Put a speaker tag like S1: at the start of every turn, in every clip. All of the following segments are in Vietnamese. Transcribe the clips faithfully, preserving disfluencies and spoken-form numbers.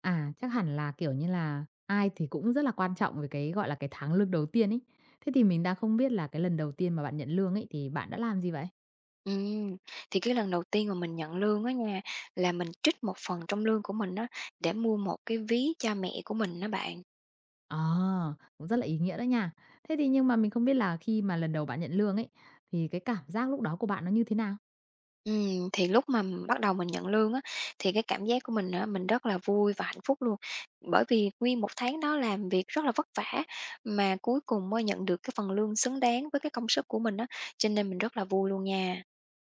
S1: À, chắc hẳn là, kiểu như là, ai thì cũng rất là quan trọng về cái, gọi là, cái tháng lương đầu tiên ấy. Thế thì mình đang không biết là cái lần đầu tiên mà bạn nhận lương ấy thì bạn đã làm gì vậy?
S2: Ừm, thì cái lần đầu tiên mà mình nhận lương á nha, là mình trích một phần trong lương của mình á, để mua một cái ví cho mẹ của mình đó bạn.
S1: Ờ, cũng rất là ý nghĩa đó nha. Thế thì nhưng mà mình không biết là khi mà lần đầu bạn nhận lương ấy, thì cái cảm giác lúc đó của bạn nó như thế nào?
S2: Ừm, thì lúc mà m- bắt đầu mình nhận lương á, thì cái cảm giác của mình á, mình rất là vui và hạnh phúc luôn. Bởi vì nguyên một tháng đó làm việc rất là vất vả, mà cuối cùng mới nhận được cái phần lương xứng đáng với cái công sức của mình á, cho nên mình rất là vui luôn nha.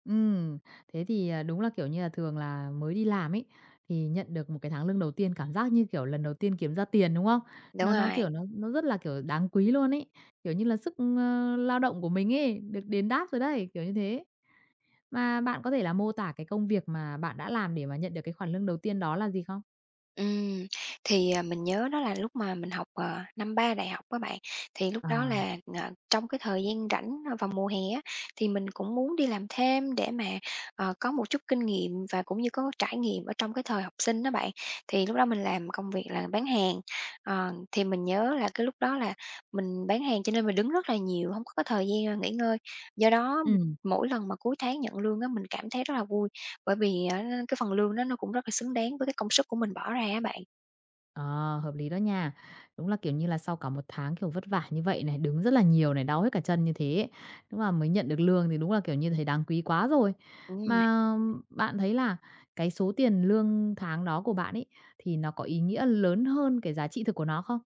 S1: Ừm, thế thì, à, đúng là, kiểu như là, thường là mới đi làm ấy, thì nhận được một cái tháng lương đầu tiên cảm giác như, kiểu, lần đầu tiên kiếm ra tiền, đúng không?
S2: Đúng
S1: Nó nó,
S2: rồi.
S1: kiểu, nó nó rất là, kiểu, đáng quý luôn ấy, kiểu như là, sức, ơ, lao động của mình ấy, được đền đáp rồi đấy, kiểu như thế. Mà bạn có thể là mô tả cái công việc mà bạn đã làm để mà nhận được cái khoản lương đầu tiên đó là gì không?
S2: Ừm, thì, à, mình nhớ đó là lúc mà mình học, ờ, năm ba đại học các bạn, thì lúc
S1: Ờ.
S2: đó là, ờ, trong cái thời gian rảnh, ơ, vào mùa hè á, thì mình cũng muốn đi làm thêm để mà, ờ, có một chút kinh nghiệm và cũng như có trải nghiệm ở trong cái thời học sinh đó bạn. Thì lúc đó mình làm công việc là bán hàng, ờ, thì mình nhớ là cái lúc đó là mình bán hàng cho nên mình đứng rất là nhiều, không có cái thời gian, ờ, nghỉ ngơi. Do đó
S1: Ừm.
S2: mỗi lần mà cuối tháng nhận lương á, mình cảm thấy rất là vui. Bởi vì á cái phần lương đó nó cũng rất là xứng đáng với cái công sức của mình bỏ ra á bạn.
S1: Ờ, hợp lý đó nha. Đúng là, kiểu như là, sau cả một tháng, kiểu, vất vả như vậy này, đứng rất là nhiều này, đau hết cả chân như thế ấy, đúng là mới nhận được lương thì đúng là, kiểu như, thấy đáng quý quá rồi.
S2: Ừm,
S1: Mà bạn thấy là cái số tiền lương tháng đó của bạn ấy, thì nó có ý nghĩa lớn hơn cái giá trị thực của nó không?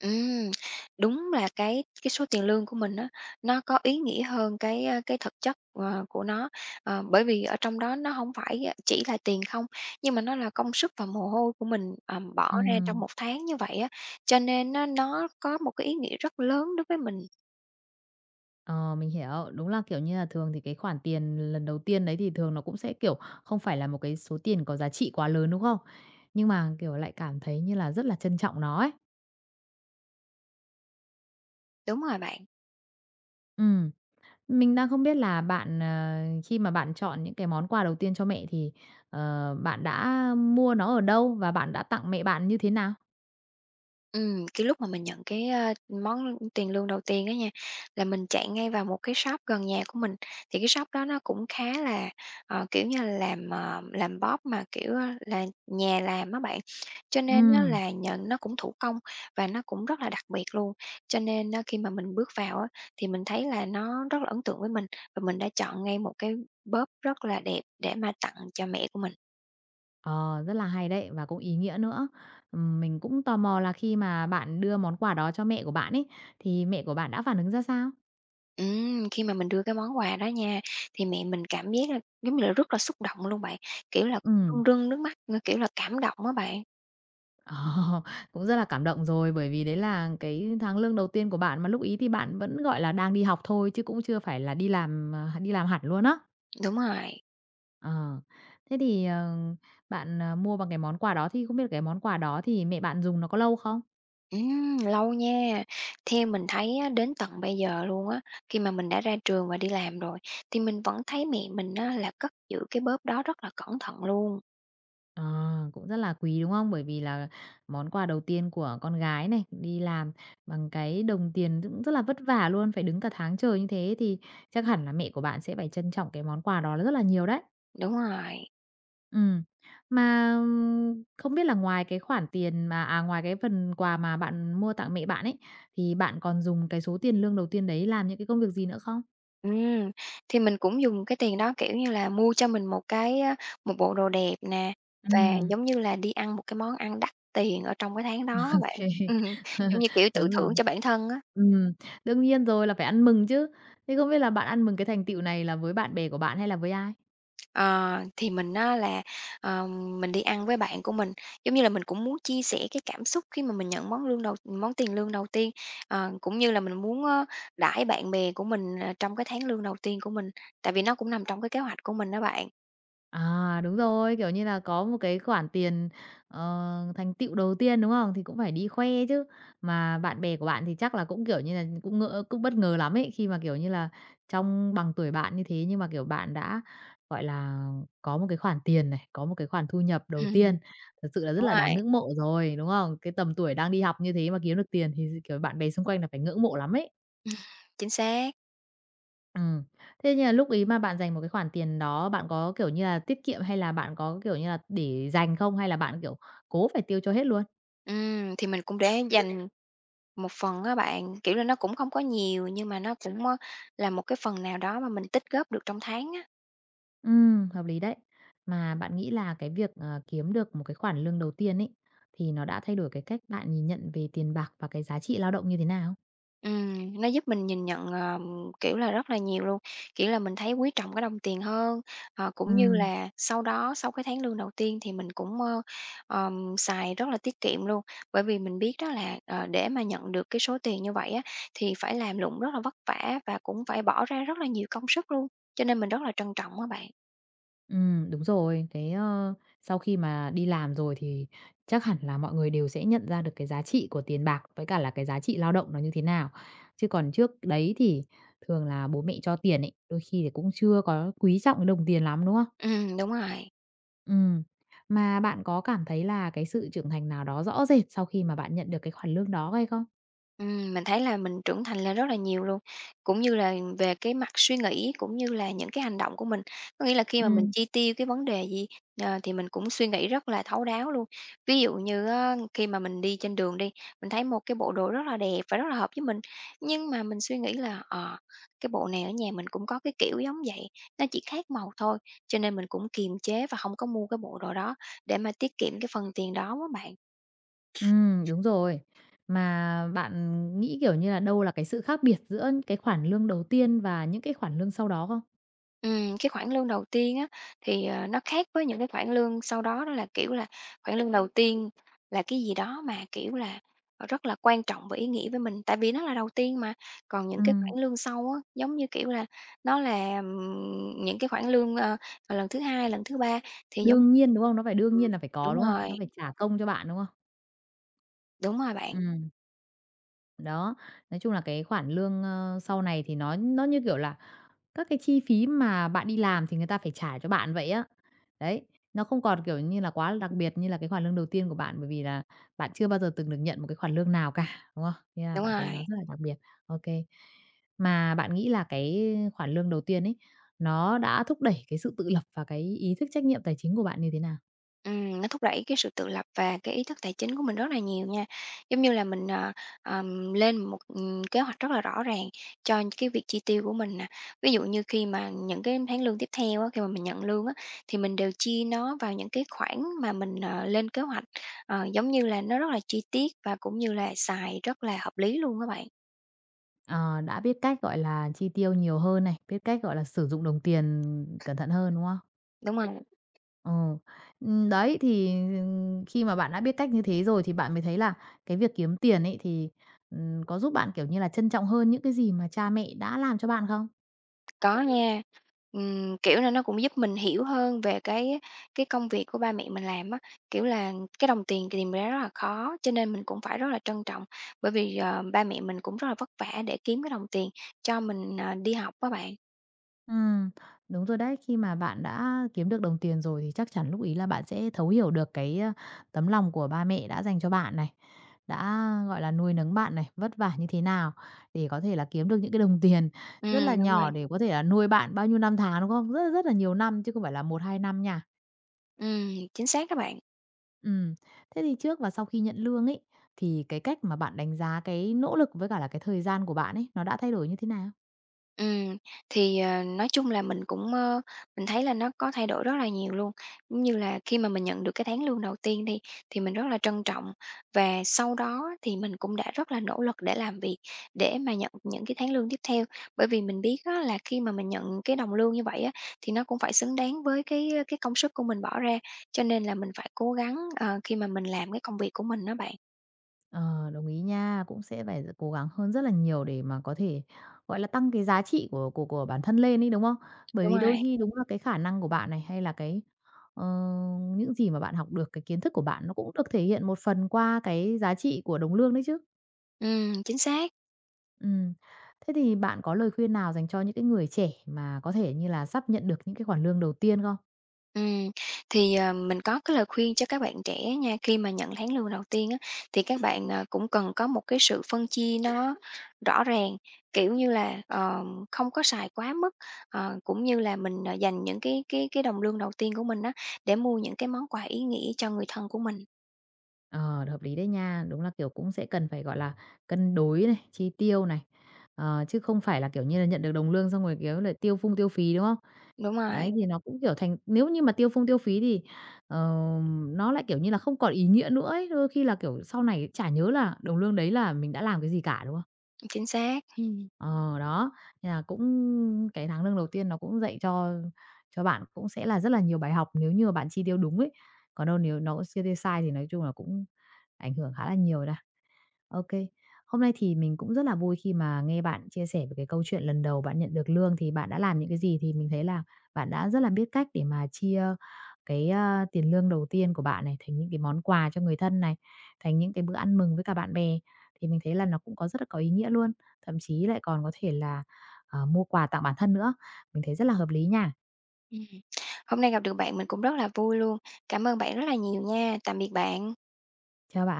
S2: ừm, đúng là cái cái số tiền lương của mình á, nó có ý nghĩa hơn cái, a, cái thực chất, ờ, của nó, ờ, bởi vì ở trong đó nó không phải, a, chỉ là tiền không, nhưng mà nó là công sức và mồ hôi của mình, ờm, bỏ ra trong
S1: Ừm,
S2: một tháng như vậy á, cho nên nó nó có một cái ý nghĩa rất lớn đối với mình.
S1: ờ, mình hiểu. Đúng là, kiểu như là, thường thì cái khoản tiền lần đầu tiên đấy thì thường nó cũng sẽ, kiểu, không phải là một cái số tiền có giá trị quá lớn, đúng không? Nhưng mà, kiểu, lại cảm thấy như là rất là trân trọng nó ấy.
S2: Đúng rồi bạn.
S1: Ừm. Mình đang không biết là bạn, ờ, khi mà bạn chọn những cái món quà đầu tiên cho mẹ thì, ờ, bạn đã mua nó ở đâu và bạn đã tặng mẹ bạn như thế nào?
S2: Ừm, cái lúc mà mình nhận cái, a, món tiền lương đầu tiên đó nha, là mình chạy ngay vào một cái shop gần nhà của mình. Thì cái shop đó nó cũng khá là, ờ, kiểu như, là làm, ờ, làm bóp mà, kiểu, ơ, là nhà làm á bạn, cho nên nó
S1: Ừm,
S2: là nhận nó cũng thủ công và nó cũng rất là đặc biệt luôn. Cho nên á khi mà mình bước vào á, thì mình thấy là nó rất là ấn tượng với mình và mình đã chọn ngay một cái bóp rất là đẹp để mà tặng cho mẹ của mình.
S1: ờ, rất là hay đấy và cũng ý nghĩa nữa. Ừm, mình cũng tò mò là khi mà bạn đưa món quà đó cho mẹ của bạn ấy, thì mẹ của bạn đã phản ứng ra sao?
S2: Ừm, khi mà mình đưa cái món quà đó nha, thì mẹ mình cảm giác là giống như là rất là xúc động luôn bạn, kiểu là, cũng
S1: Ừm,
S2: rưng rưng nước mắt, ơ, kiểu là, cảm động á bạn.
S1: ờ, cũng rất là cảm động rồi, bởi vì đấy là cái tháng lương đầu tiên của bạn, mà lúc ấy thì bạn vẫn, gọi là, đang đi học thôi chứ cũng chưa phải là đi làm, ờ, đi làm hẳn luôn á.
S2: Đúng rồi.
S1: Ờ, thế thì, ờ, bạn, ờ, mua bằng cái món quà đó thì không biết là cái món quà đó thì mẹ bạn dùng nó có lâu không?
S2: Ừm, lâu nha. Theo mình thấy á, đến tận bây giờ luôn á, khi mà mình đã ra trường và đi làm rồi, thì mình vẫn thấy mẹ mình á là cất giữ cái bóp đó rất là cẩn thận luôn.
S1: Ờ, cũng rất là quý, đúng không? Bởi vì là món quà đầu tiên của con gái này, đi làm bằng cái đồng tiền cũng rất là vất vả luôn, phải đứng cả tháng trời như thế thì chắc hẳn là mẹ của bạn sẽ phải trân trọng cái món quà đó rất là nhiều đấy.
S2: Đúng rồi.
S1: Ừm, mà, ừm, không biết là ngoài cái khoản tiền mà à, ngoài cái phần quà mà bạn mua tặng mẹ bạn ấy, thì bạn còn dùng cái số tiền lương đầu tiên đấy làm những cái công việc gì nữa không?
S2: Ừm, thì mình cũng dùng cái tiền đó, kiểu như là, mua cho mình một cái, a, một bộ đồ đẹp nè, và
S1: Ừm.
S2: giống như là đi ăn một cái món ăn đắt tiền ở trong cái tháng đó vậy. Ừm, giống như, kiểu, tự
S1: Đúng rồi.
S2: thưởng cho bản thân á.
S1: Ừm, đương nhiên rồi, là phải ăn mừng chứ. Thế không biết là bạn ăn mừng cái thành tựu này là với bạn bè của bạn hay là với ai?
S2: Ờ, thì mình á là, ờ, mình đi ăn với bạn của mình, giống như là, mình cũng muốn chia sẻ cái cảm xúc khi mà mình nhận món lương đầu món tiền lương đầu tiên, ờ, cũng như là mình muốn, ơ, đãi bạn bè của mình, ờ, trong cái tháng lương đầu tiên của mình, tại vì nó cũng nằm trong cái kế hoạch của mình đó bạn.
S1: À, đúng rồi, kiểu như là, có một cái khoản tiền, ờ, thành tựu đầu tiên, đúng không? Thì cũng phải đi khoe chứ. Mà bạn bè của bạn thì chắc là cũng, kiểu như là, cũng ngỡ cũng bất ngờ lắm ấy, khi mà, kiểu như là, trong bằng tuổi bạn như thế nhưng mà, kiểu, bạn đã, gọi là, có một cái khoản tiền này, có một cái khoản thu nhập đầu
S2: Ừm,
S1: tiên, thật sự là rất
S2: đúng
S1: là
S2: rồi,
S1: đáng ngưỡng mộ rồi, đúng không? Cái tầm tuổi đang đi học như thế mà kiếm được tiền thì kiểu, bạn bè xung quanh là phải ngưỡng mộ lắm ấy.
S2: chính xác.
S1: Ừm. Thế nhưng mà lúc ấy mà bạn dành một cái khoản tiền đó, bạn có, kiểu như là, tiết kiệm hay là bạn có, kiểu như là, để dành không? Hay là bạn, kiểu, cố phải tiêu cho hết luôn?
S2: Ừm, thì mình cũng để dành một phần á bạn, kiểu là, nó cũng không có nhiều nhưng mà nó cũng, ơ, là một cái phần nào đó mà mình tích góp được trong tháng á.
S1: Ừm, hợp lý đấy. Mà bạn nghĩ là cái việc, ờ, kiếm được một cái khoản lương đầu tiên ấy, thì nó đã thay đổi cái cách bạn nhìn nhận về tiền bạc và cái giá trị lao động như thế nào?
S2: Ừm, nó giúp mình nhìn nhận, ờ, kiểu là, rất là nhiều luôn, kiểu là, mình thấy quý trọng cái đồng tiền hơn, ờ, cũng như
S1: Ừm.
S2: là sau đó, sau cái tháng lương đầu tiên thì mình cũng, ơ, ờm, xài rất là tiết kiệm luôn. Bởi vì mình biết đó là, ờ, để mà nhận được cái số tiền như vậy á, thì phải làm lụng rất là vất vả và cũng phải bỏ ra rất là nhiều công sức luôn, cho nên mình rất là trân trọng á bạn.
S1: Ừm, đúng rồi. Cái, ơ, sau khi mà đi làm rồi thì chắc hẳn là mọi người đều sẽ nhận ra được cái giá trị của tiền bạc với cả là cái giá trị lao động nó như thế nào. Chứ còn trước đấy thì thường là bố mẹ cho tiền ấy, đôi khi thì cũng chưa có quý trọng cái đồng tiền lắm, đúng không?
S2: Ừm, đúng rồi.
S1: Ừm. Mà bạn có cảm thấy là cái sự trưởng thành nào đó rõ rệt sau khi mà bạn nhận được cái khoản lương đó hay không?
S2: Ừm, mình thấy là mình trưởng thành lên rất là nhiều luôn, cũng như là về cái mặt suy nghĩ, cũng như là những cái hành động của mình. Có nghĩa là khi mà mình
S1: Ừm,
S2: chi tiêu cái vấn đề gì, ờ, thì mình cũng suy nghĩ rất là thấu đáo luôn. Ví dụ như á, khi mà mình đi trên đường đi, mình thấy một cái bộ đồ rất là đẹp và rất là hợp với mình, nhưng mà mình suy nghĩ là, ờ, cái bộ này ở nhà mình cũng có cái kiểu giống vậy, nó chỉ khác màu thôi, cho nên mình cũng kiềm chế và không có mua cái bộ đồ đó để mà tiết kiệm cái phần tiền đó á bạn.
S1: ừm, đúng rồi. Mà bạn nghĩ, kiểu như là, đâu là cái sự khác biệt giữa cái khoản lương đầu tiên và những cái khoản lương sau đó không?
S2: Ừm, cái khoản lương đầu tiên á, thì, ờ, nó khác với những cái khoản lương sau đó, đó là, kiểu là, khoản lương đầu tiên là cái gì đó mà, kiểu là, ờ, rất là quan trọng và ý nghĩa với mình, tại vì nó là đầu tiên mà. Còn những cái
S1: Ừ.
S2: khoản lương sau á, giống như, kiểu là, nó là, ừm, những cái khoản lương, ờ, ờ, lần thứ hai, lần thứ ba thì giống.
S1: Đương nhiên, đúng không? Nó phải đương nhiên
S2: Ừm,
S1: là phải có,
S2: đúng
S1: đúng không?
S2: rồi,
S1: Nó phải trả công cho bạn, đúng không?
S2: đúng rồi bạn,
S1: Ừm, đó, nói chung là cái khoản lương, ơ, sau này thì nó nó như kiểu là các cái chi phí mà bạn đi làm thì người ta phải trả cho bạn vậy á. Đấy, nó không còn, kiểu như là, quá là đặc biệt như là cái khoản lương đầu tiên của bạn, bởi vì là bạn chưa bao giờ từng được nhận một cái khoản lương nào cả, đúng không? Thế là
S2: đúng
S1: bạn thấy
S2: rồi.
S1: nó rất là đặc biệt. Ô kê. Mà bạn nghĩ là cái khoản lương đầu tiên ấy, nó đã thúc đẩy cái sự tự lập và cái ý thức trách nhiệm tài chính của bạn như thế nào?
S2: Ừm, nó thúc đẩy cái sự tự lập và cái ý thức tài chính của mình rất là nhiều nha. Giống như là mình, ờ, ờm, lên một, ừm, kế hoạch rất là rõ ràng cho cái việc chi tiêu của mình nè. Ví dụ như khi mà những cái tháng lương tiếp theo á, khi mà mình nhận lương á, thì mình đều chia nó vào những cái khoản mà mình, ờ, lên kế hoạch, ờ, giống như là nó rất là chi tiết và cũng như là xài rất là hợp lý luôn các bạn.
S1: Ờ, đã biết cách, gọi là, chi tiêu nhiều hơn này, biết cách, gọi là, sử dụng đồng tiền cẩn thận hơn, đúng không?
S2: Đúng rồi.
S1: Ừ. Ừm, đấy, thì, ừm, khi mà bạn đã biết cách như thế rồi thì bạn mới thấy là cái việc kiếm tiền ấy thì, ừm, có giúp bạn, kiểu như là, trân trọng hơn những cái gì mà cha mẹ đã làm cho bạn không?
S2: Có nha. Ừm, kiểu là, nó cũng giúp mình hiểu hơn về cái cái công việc của ba mẹ mình làm á. Kiểu là, cái đồng tiền tìm ra rất là khó, cho nên mình cũng phải rất là trân trọng, bởi vì, ờ, ba mẹ mình cũng rất là vất vả để kiếm cái đồng tiền cho mình, à, đi học các bạn.
S1: Ừ, đúng rồi đấy. Khi mà bạn đã kiếm được đồng tiền rồi thì chắc chắn lúc ấy là bạn sẽ thấu hiểu được cái, a, tấm lòng của ba mẹ đã dành cho bạn này, đã, gọi là, nuôi nấng bạn này, vất vả như thế nào để có thể là kiếm được những cái đồng tiền rất là
S2: Ừm, đúng rồi.
S1: nhỏ để có thể là nuôi bạn bao nhiêu năm tháng, đúng không? Rất rất là nhiều năm chứ không phải là một hai năm nha.
S2: Ừm, chính xác các bạn.
S1: Ừ, thế thì trước và sau khi nhận lương ấy, thì cái cách mà bạn đánh giá cái nỗ lực với cả là cái thời gian của bạn ấy, nó đã thay đổi như thế nào?
S2: Ừm, thì, ờ, nói chung là mình cũng, ơ, mình thấy là nó có thay đổi rất là nhiều luôn. Giống như là khi mà mình nhận được cái tháng lương đầu tiên đi, thì mình rất là trân trọng và sau đó thì mình cũng đã rất là nỗ lực để làm việc, để mà nhận những cái tháng lương tiếp theo. Bởi vì mình biết á là khi mà mình nhận cái đồng lương như vậy á, thì nó cũng phải xứng đáng với cái cái công sức của mình bỏ ra, cho nên là mình phải cố gắng, ờ, khi mà mình làm cái công việc của mình đó bạn.
S1: Ờ, đồng ý nha, cũng sẽ phải cố gắng hơn rất là nhiều để mà có thể, gọi là, tăng cái giá trị của của của bản thân lên ấy, đúng không? Bởi
S2: Đúng
S1: vì
S2: rồi,
S1: đôi khi đúng là cái khả năng của bạn này, hay là cái, ờ, những gì mà bạn học được, cái kiến thức của bạn nó cũng được thể hiện một phần qua cái giá trị của đồng lương đấy chứ.
S2: ừm, chính xác.
S1: Ừm. Thế thì bạn có lời khuyên nào dành cho những cái người trẻ mà có thể như là sắp nhận được những cái khoản lương đầu tiên không?
S2: Ừm, thì, ờ, mình có cái lời khuyên cho các bạn trẻ nha, khi mà nhận tháng lương đầu tiên á, thì các bạn, ờ, cũng cần có một cái sự phân chia nó rõ ràng, kiểu như là, ờ, không có xài quá mức, ờ, cũng như là mình, ờ, dành những cái cái cái đồng lương đầu tiên của mình á, để mua những cái món quà ý nghĩa cho người thân của mình.
S1: Ờ, hợp lý đấy nha. Đúng là, kiểu, cũng sẽ cần phải, gọi là, cân đối này, chi tiêu này, ờ, chứ không phải là, kiểu như là, nhận được đồng lương xong rồi, kiểu, là tiêu phung tiêu phí, đúng không?
S2: Đúng
S1: Đấy,
S2: rồi,
S1: thì nó cũng, kiểu, thành nếu như mà tiêu phung tiêu phí thì, ờ, nó lại, kiểu như là, không còn ý nghĩa nữa ấy, đôi khi là, kiểu, sau này chả nhớ là đồng lương đấy là mình đã làm cái gì cả, đúng không?
S2: chính xác. Ừm.
S1: Ờ, đó, nên là cũng cái tháng lương đầu tiên nó cũng dạy cho cho bạn cũng sẽ là rất là nhiều bài học nếu như mà bạn chi tiêu đúng ấy. Còn đâu nếu nó chi tiêu sai thì nói chung là cũng ảnh hưởng khá là nhiều nha. Ok, hôm nay thì mình cũng rất là vui khi mà nghe bạn chia sẻ về cái câu chuyện lần đầu bạn nhận được lương thì bạn đã làm những cái gì, thì mình thấy là bạn đã rất là biết cách để mà chia cái, a, tiền lương đầu tiên của bạn này thành những cái món quà cho người thân này, thành những cái bữa ăn mừng với cả bạn bè, thì mình thấy là nó cũng có rất là có ý nghĩa luôn, thậm chí lại còn có thể là, ờ, mua quà tặng bản thân nữa. Mình thấy rất là hợp lý nha.
S2: Ừm, hôm nay gặp được bạn mình cũng rất là vui luôn. Cảm ơn bạn rất là nhiều nha, tạm biệt bạn.
S1: Chào bạn.